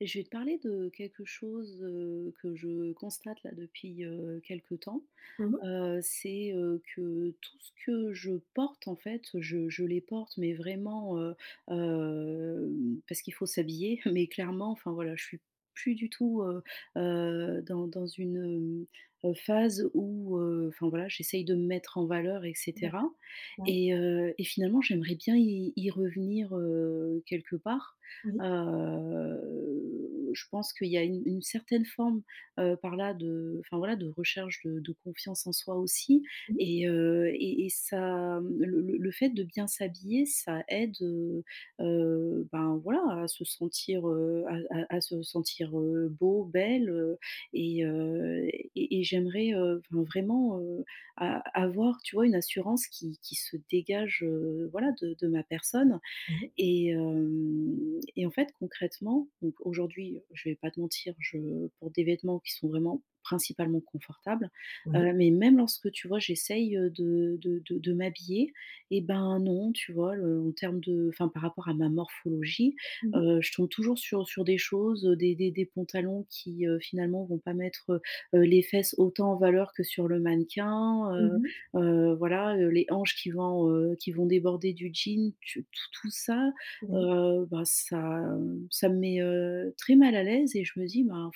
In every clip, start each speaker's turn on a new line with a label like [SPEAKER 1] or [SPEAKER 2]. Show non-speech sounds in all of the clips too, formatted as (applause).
[SPEAKER 1] Je vais te parler de quelque chose, que je constate là depuis, quelque temps.
[SPEAKER 2] Mmh mh.
[SPEAKER 1] C'est, que tout ce que je porte, en fait, je les porte, mais vraiment, parce qu'il faut s'habiller, (laughs) mais clairement, enfin, voilà, je suis plus du tout, dans une phase où, enfin, voilà, j'essaye de me mettre en valeur et
[SPEAKER 2] D'acc
[SPEAKER 1] cetera
[SPEAKER 2] ouais,
[SPEAKER 1] et finalement, j'aimerais bien y revenir, quelque part.
[SPEAKER 2] oui,
[SPEAKER 1] Je pense qu'il y a une certaine forme par là de enfin voilà, de recherche de confiance en soi aussi
[SPEAKER 2] oui,
[SPEAKER 1] et ça, le fait de bien s'habiller, ça aide, ben, voilà, à se sentir, à à se sentir, beau, belle, et heu et et j'aimerais, enfin vraiment, a avoir, tu vois, une assurance qui se dégage, voilà, de ma personne
[SPEAKER 2] oui,
[SPEAKER 1] et hem et en fait, concrètement, donc aujourd'hui, je vais pas te mentir, je porte des vêtements qui sont vraiment principalement confortables,
[SPEAKER 2] oui.
[SPEAKER 1] mais même lorsque, tu vois, j'essaye, de m'habiller et ben non, tu vois, le en termes de enfin, par rapport à ma morphologie,
[SPEAKER 2] Mmh mh.
[SPEAKER 1] je tombe toujours sur des choses, des pantalons qui, finalement vont pas mettre, les fesses autant en valeur que sur le mannequin,
[SPEAKER 2] Mmh mh.
[SPEAKER 1] voilà, les hanches qui vont déborder du jean, tu tout ça,
[SPEAKER 2] Oui,
[SPEAKER 1] bah, ça, ça me met, très mal à l'aise et je me dis: «Ben,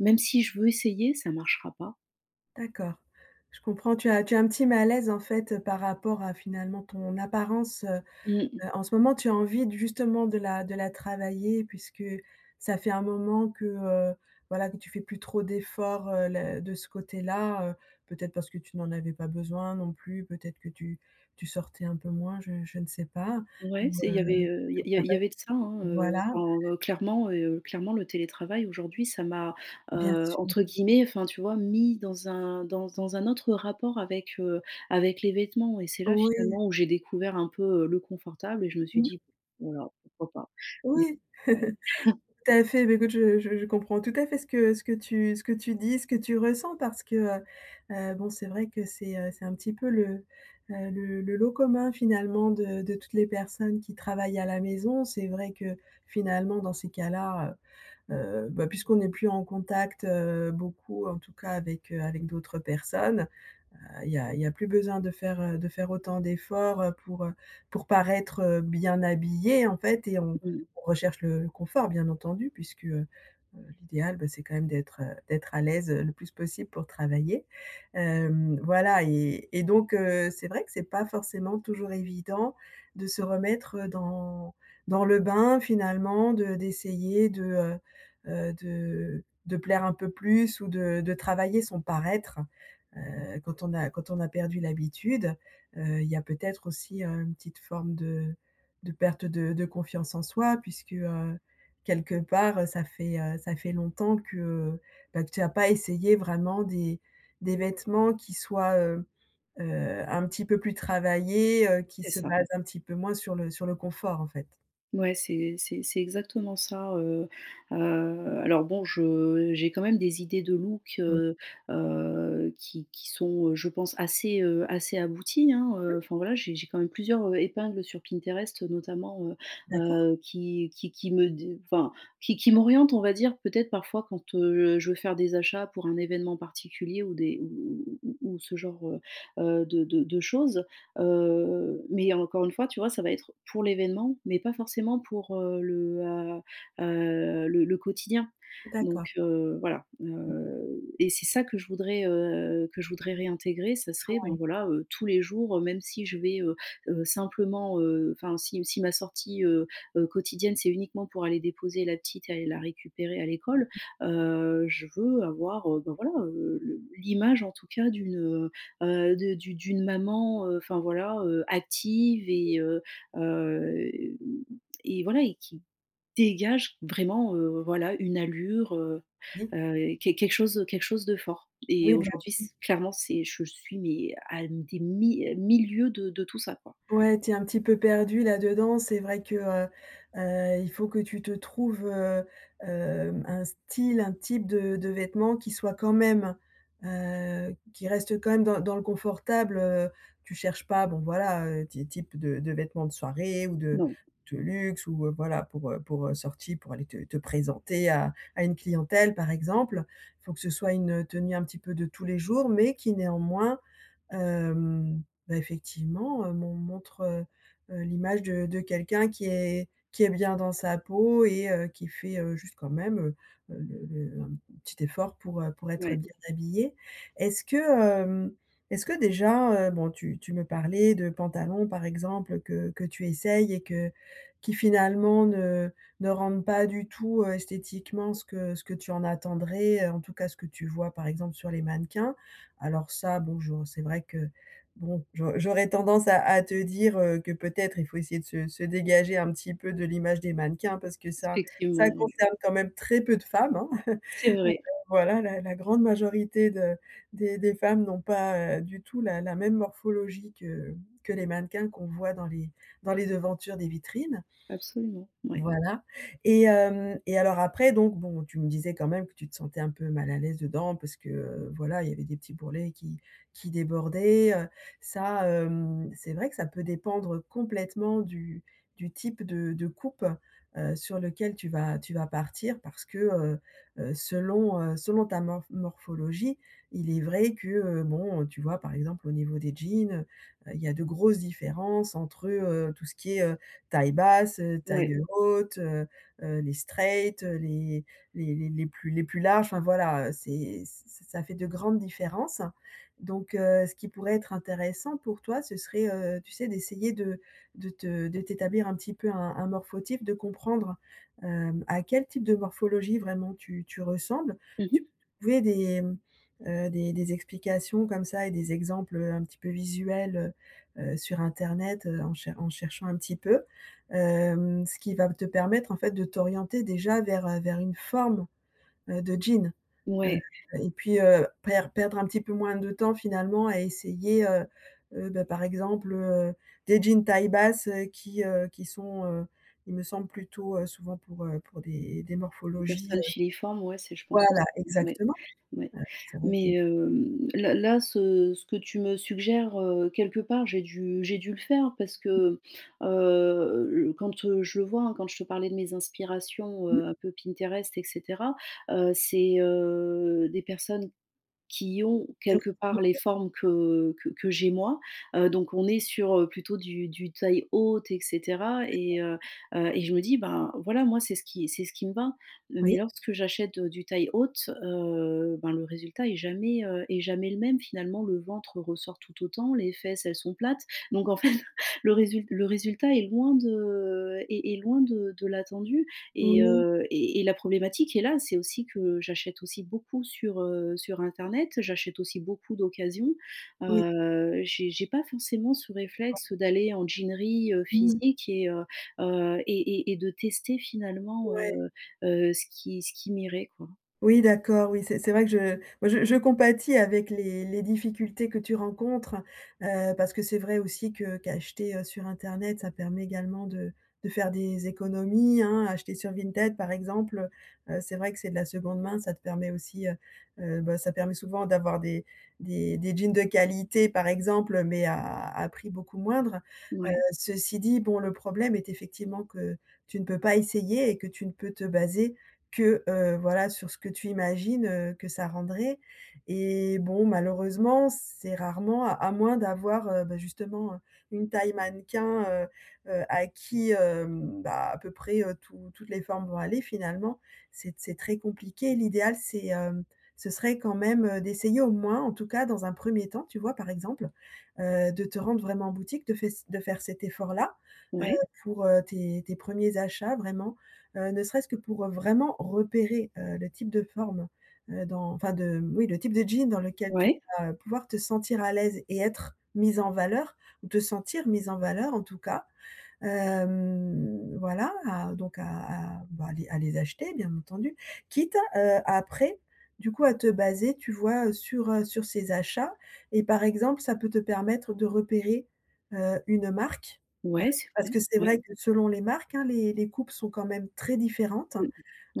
[SPEAKER 1] même si je veux essayer, ça marchera pas».
[SPEAKER 2] d'accord. Je comprends, tu as un petit malaise, en fait, par rapport à finalement ton apparence, heu
[SPEAKER 1] Mmh.
[SPEAKER 2] heu, en ce moment. Tu as envie d justement de la travailler puisque ça fait un moment que, voilà, que tu fais plus trop d'efforts, le de ce côté-là, peut-être parce que tu n'en avais pas besoin non plus, peut-être que tu sortais un peu moins, je ne sais pas ou,
[SPEAKER 1] Ouais, c'est il y avait,
[SPEAKER 2] sur
[SPEAKER 1] il y a
[SPEAKER 2] ta
[SPEAKER 1] il
[SPEAKER 2] pa
[SPEAKER 1] y avait de ça, hein,
[SPEAKER 2] voilà,
[SPEAKER 1] enfin, clairement, clairement le télétravail aujourd'hui ça m'a,
[SPEAKER 2] bien sûr.
[SPEAKER 1] entre guillemets, enfin tu vois, mis dans un dans un autre rapport avec, avec les vêtements et c'est là
[SPEAKER 2] Oui.
[SPEAKER 1] finalement où j'ai découvert un peu, le confortable et je me suis dit: «Voilà, pourquoi pas?» mais
[SPEAKER 2] Oui, (laughs)
[SPEAKER 1] ouais,
[SPEAKER 2] tout à fait. Mais écoute, je comprends tout à fait ce que ce que tu dis, ce que tu ressens parce que, bon, c'est vrai que c'est un petit peu le lot commun finalement de toutes les personnes qui travaillent à la maison. C'est vrai que finalement dans ces cas-là, heu bah, puisqu'on n'est plus en contact, beaucoup en tout cas avec, avec d'autres personnes. Il y a plus besoin de faire autant d'efforts, pour paraître, bien habillé en fait. et on
[SPEAKER 1] mmh,
[SPEAKER 2] on recherche le confort bien entendu puisque, l'idéal, bah, c'est quand même d'être, d'être à l'aise, le plus possible pour travailler. Hem, voilà. Donc, c'est vrai que c'est pas forcément toujours évident de se remettre dans le bain finalement, de d'essayer de plaire un peu plus ou de travailler son paraître. Quand on a perdu l'habitude, il y a peut-être aussi, une petite forme de perte de confiance en soi puisque, quelque part, ça fait longtemps que, bah, que tu as pas essayé vraiment des vêtements qui soient, un petit peu plus travaillés, qui
[SPEAKER 1] c'est
[SPEAKER 2] se
[SPEAKER 1] ça.
[SPEAKER 2] basent un petit peu moins sur le confort, en fait.
[SPEAKER 1] Ouais, c'est exactement ça, heu, alors bon, je j'ai quand même des idées de look,
[SPEAKER 2] Mmh.
[SPEAKER 1] qui sont, je pense assez, assez abouties, hein, enfin voilà, j'ai quand même plusieurs, épingles sur Pinterest, notamment,
[SPEAKER 2] D'accord,
[SPEAKER 1] qui me qui m'orientent, on va dire, peut-être parfois quand, je veux faire des achats pour un événement particulier ou des ou ou ce genre, de choses. Mais encore une fois, tu vois, ça va être pour l'événement, mais pas forcément pour, le, le quotidien. Donc,
[SPEAKER 2] d'accord.
[SPEAKER 1] voilà, et c'est ça que je voudrais réintégrer, ça serait, ben,
[SPEAKER 2] Oui.
[SPEAKER 1] voilà, tous les jours, même si je vais, simplement, enfin, si ma sortie, quotidienne, c'est uniquement pour aller déposer la petite et aller la récupérer à l'école, je veux avoir, ben, voilà, le l'image en tout cas d'une, de d'une maman, enfin voilà, active heu et voilà et qui dégage vraiment, voilà une allure, quelque chose de fort et
[SPEAKER 2] Oui, bien
[SPEAKER 1] aujourd'hui
[SPEAKER 2] sûr.
[SPEAKER 1] c clairement c'est je suis mais à des mi milieux de tout ça quoi.
[SPEAKER 2] Ouais, tu es un petit peu perdu là-dedans. C'est vrai que, il faut que tu te trouves, un style, un type de vêtements qui soit quand même, qui reste quand même dans le confortable. Tu cherches pas, bon voilà, ty type de vêtements de soirée ou
[SPEAKER 1] Non,
[SPEAKER 2] de luxe ou, voilà pour, sortie, pour aller te présenter à une clientèle par exemple. Il faut que ce soit une tenue un petit peu de tous les jours, mais qui néanmoins, hem, bah, effectivement, m'on montre, l'image de quelqu'un qui est bien dans sa peau et qui fait, juste quand même, le un petit effort pour être
[SPEAKER 1] ouais,
[SPEAKER 2] bien habillé. Est-ce que, est-ce que déjà, bon tu me parlais de pantalons par exemple que tu essayes et que qui finalement ne rendent pas du tout, esthétiquement ce que tu en attendrais, en tout cas ce que tu vois par exemple sur les mannequins. Alors ça, bon, je c'est vrai que, bon, j'aurais tendance à te dire, que peut-être il faut essayer de se dégager un petit peu de l'image des mannequins parce que ça
[SPEAKER 1] effectivement, ouais.
[SPEAKER 2] concerne quand même très peu de femmes, hein.
[SPEAKER 1] C'est vrai,
[SPEAKER 2] (laughs) Voilà, la grande majorité de des femmes n'ont pas, du tout la même morphologie que les mannequins qu'on voit dans les devantures des vitrines.
[SPEAKER 1] absolument, ouais,
[SPEAKER 2] Voilà. et hem et Alors après donc bon, tu me disais quand même que tu te sentais un peu mal à l'aise dedans parce que, voilà, il y avait des petits bourrelets qui débordaient, ça, hem, c'est vrai que ça peut dépendre complètement du type de coupe, sur lequel tu vas partir parce que, selon ta morphologie, il est vrai que, bon, tu vois, par exemple, au niveau des jeans, il y a de grosses différences entre, tout ce qui est, taille basse, taille
[SPEAKER 1] ouais.
[SPEAKER 2] haute, les straight, les plus larges, enfin voilà, c'est ça fait de grandes différences. Donc ce qui pourrait être intéressant pour toi, ce serait, tu sais, d'essayer de te de t'établir un petit peu un morphotype, de comprendre, hem, à quel type de morphologie vraiment tu ressembles. Tu
[SPEAKER 1] Mmh.
[SPEAKER 2] pouvais des, des explications comme ça et des exemples, un petit peu visuels, sur internet, en cherchant un petit peu. Hem, ce qui va te permettre en fait de t'orienter déjà vers, vers une forme, de jean, heu,
[SPEAKER 1] Ouais,
[SPEAKER 2] et puis, perdre un petit peu moins de temps finalement à essayer, bah, par exemple, des jeans taille basse, qui sont, il me semble plutôt, souvent pour des
[SPEAKER 1] les
[SPEAKER 2] morphologies,
[SPEAKER 1] personnes filiformes, ouais, c'est je pense aussi,
[SPEAKER 2] voilà,
[SPEAKER 1] ouais.
[SPEAKER 2] exactement.
[SPEAKER 1] Ouais,
[SPEAKER 2] C'est vrai que
[SPEAKER 1] mais là, ce que tu me suggères, quelque part, j'ai dû le faire parce que, quand, je le vois, hein, quand je te parlais de mes inspirations,
[SPEAKER 2] mmh,
[SPEAKER 1] un peu Pinterest et cetera, c'est, des personnes qui ont
[SPEAKER 2] te
[SPEAKER 1] quelque
[SPEAKER 2] ressemble
[SPEAKER 1] part les formes que j'ai moi, donc on est sur, plutôt du taille haute et cetera et je me dis: «Ben, voilà, moi, c'est ce qui me va».
[SPEAKER 2] oui,
[SPEAKER 1] Mais lorsque j'achète, du taille haute, ben, le résultat est jamais le même. Finalement, le ventre ressort tout autant, les fesses, elles sont plates. Donc en fait, (laughs) le résul le résultat est loin de est est loin de l'attendu
[SPEAKER 2] oui,
[SPEAKER 1] et la problématique est là, c'est aussi que j'achète aussi beaucoup sur, sur internet, j'achète aussi beaucoup d'occasions.
[SPEAKER 2] oui,
[SPEAKER 1] J'ai pas forcément ce réflexe d'aller en jeanerie,
[SPEAKER 2] mmh,
[SPEAKER 1] physique et et de tester finalement,
[SPEAKER 2] ouais.
[SPEAKER 1] ce qui m'irait quoi.
[SPEAKER 2] Oui, d'accord, oui, c'est vrai que je moi je compatis avec les difficultés que tu rencontres, parce que c'est vrai aussi que qu'acheter, sur internet, ça permet également de faire des économies, hein. Acheter sur Vinted, par exemple, c'est vrai que c'est de la seconde main, ça te permet aussi, bah, ça permet souvent d'avoir des jeans de qualité, par exemple, mais à prix beaucoup moindre.
[SPEAKER 1] Ouais.
[SPEAKER 2] Ceci dit, bon, le problème est effectivement que tu ne peux pas essayer et que tu ne peux te baser que, voilà, sur ce que tu imagines, que ça rendrait. Et bon, malheureusement, c'est rarement à moins d'avoir, bah, justement, une taille mannequin, à qui, bah, à peu près, toutes les formes vont aller finalement. C'est très compliqué. L'idéal, ce serait quand même, d'essayer au moins, en tout cas dans un premier temps, tu vois, par exemple, de te rendre vraiment en boutique, de faire cet effort-là, heu,
[SPEAKER 1] Ouais.
[SPEAKER 2] pour, tes tes 1ers achats vraiment. Ne serait-ce que pour, vraiment repérer, le type de forme, dans enfin de oui, le type de jean dans lequel tu
[SPEAKER 1] Ouais.
[SPEAKER 2] vas pouvoir te sentir à l'aise et être mise en valeur ou te sentir mise en valeur en tout cas. Hem, voilà, à donc à bah, à les acheter bien entendu, quitte, après du coup à te baser, tu vois, sur, sur ces achats et par exemple, ça peut te permettre de repérer, une marque
[SPEAKER 1] Ouais, c'est
[SPEAKER 2] parce
[SPEAKER 1] vrai.
[SPEAKER 2] que c'est vrai
[SPEAKER 1] Ouais.
[SPEAKER 2] que selon les marques, hein, les coupes sont quand même très différentes.
[SPEAKER 1] Mmh.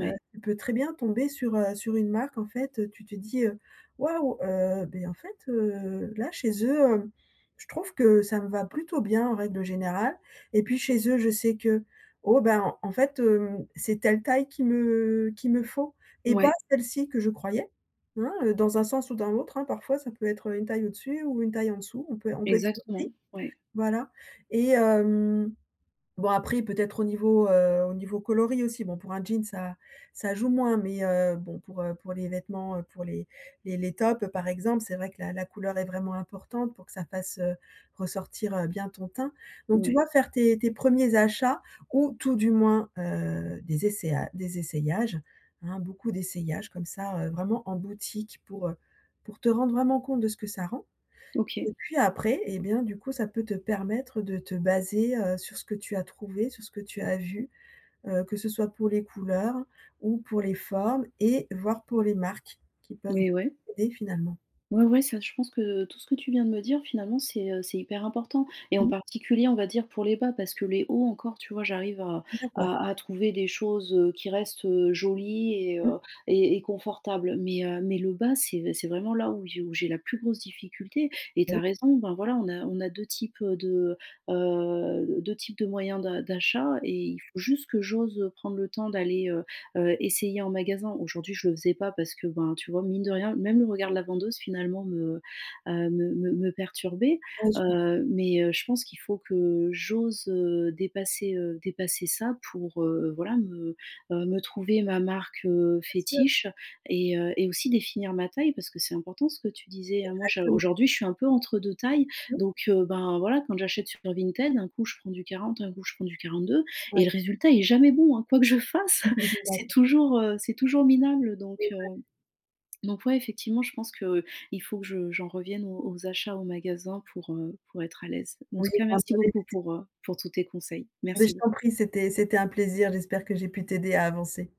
[SPEAKER 2] Tu peux très bien tomber sur, sur une marque en fait, tu te dis, «Waouh, beh, en fait, là chez eux, je trouve que ça me va plutôt bien en règle générale et puis chez eux je sais que, oh ben, en fait, hem, c'est telle taille qu'il me faut et pas
[SPEAKER 1] Ouais.
[SPEAKER 2] celle-ci que je croyais», hein, dans un sens ou dans l'autre, hein, parfois ça peut être, une taille au-dessus ou une taille en dessous, on peut être surpris,
[SPEAKER 1] Exactement. Ouais.
[SPEAKER 2] voilà. et hem Bon après peut-être au niveau coloris aussi, bon pour un jean ça joue moins, mais bon pour les vêtements, pour les tops par exemple, c'est vrai que la couleur est vraiment importante pour que ça fasse, ressortir, bien ton teint. Donc tu
[SPEAKER 1] Ouais.
[SPEAKER 2] vois faire tes tes premiers achats ou tout du moins, des essayages, hein, beaucoup d'essayages comme ça, vraiment en boutique pour te rendre vraiment compte de ce que ça rend. Et
[SPEAKER 1] OK.
[SPEAKER 2] puis après, et bien, du coup, ça peut te permettre de te baser, sur ce que tu as trouvé, sur ce que tu as vu, que ce soit pour les couleurs ou pour les formes et voire pour les marques qui peuvent
[SPEAKER 1] Mais ouais.
[SPEAKER 2] aider finalement.
[SPEAKER 1] Ouais, ouais, ça, je pense que tout ce que tu viens de me dire, finalement, c'est hyper important et en
[SPEAKER 2] Mmh,
[SPEAKER 1] particulier, on va dire, pour les bas parce que les hauts encore, tu vois, j'arrive à
[SPEAKER 2] d'accord.
[SPEAKER 1] à trouver des choses, qui restent, jolies
[SPEAKER 2] Mmh,
[SPEAKER 1] et confortables mais le bas, c'est vraiment là où j'ai la plus grosse difficulté et tu
[SPEAKER 2] oui,
[SPEAKER 1] as raison, ben, voilà, on a 2 types, de, 2 types de moyens d'achat et il faut juste que j'ose, prendre le temps d'aller, essayer en magasin. Aujourd'hui, je le faisais pas parce que, ben, tu vois, mine de rien, même le regard de la vendeuse finalement me, me perturbait,
[SPEAKER 2] oui, je comprends,
[SPEAKER 1] mais je pense qu'il faut que j'ose, dépasser, dépasser ça pour, voilà me, me trouver ma marque,
[SPEAKER 2] bien sûr,
[SPEAKER 1] fétiche et aussi définir ma taille parce que c'est important ce que tu disais, hein. Moi, je
[SPEAKER 2] exactement.
[SPEAKER 1] aujourd'hui, je suis un peu entre 2 tailles
[SPEAKER 2] Mmh,
[SPEAKER 1] donc ben, voilà, quand j'achète sur Vinted, un coup, je prends du 40, un coup, je prends du 42 et le
[SPEAKER 2] oui.
[SPEAKER 1] résultat est jamais bon, hein, quoi que je
[SPEAKER 2] (laughs)
[SPEAKER 1] fasse.
[SPEAKER 2] D'accord.
[SPEAKER 1] C'est toujours minable donc ouais, effectivement, je pense que il faut que je j'en revienne aux aux achats, au magasin pour être à l'aise. En
[SPEAKER 2] Oui,
[SPEAKER 1] tout cas,
[SPEAKER 2] on va en
[SPEAKER 1] merci
[SPEAKER 2] parler
[SPEAKER 1] beaucoup
[SPEAKER 2] plus tard.
[SPEAKER 1] pour tous tes conseils.
[SPEAKER 2] Mais
[SPEAKER 1] Merci
[SPEAKER 2] je t'en
[SPEAKER 1] beaucoup.
[SPEAKER 2] prie, c'était un plaisir. J'espère que j'ai pu t'aider à avancer.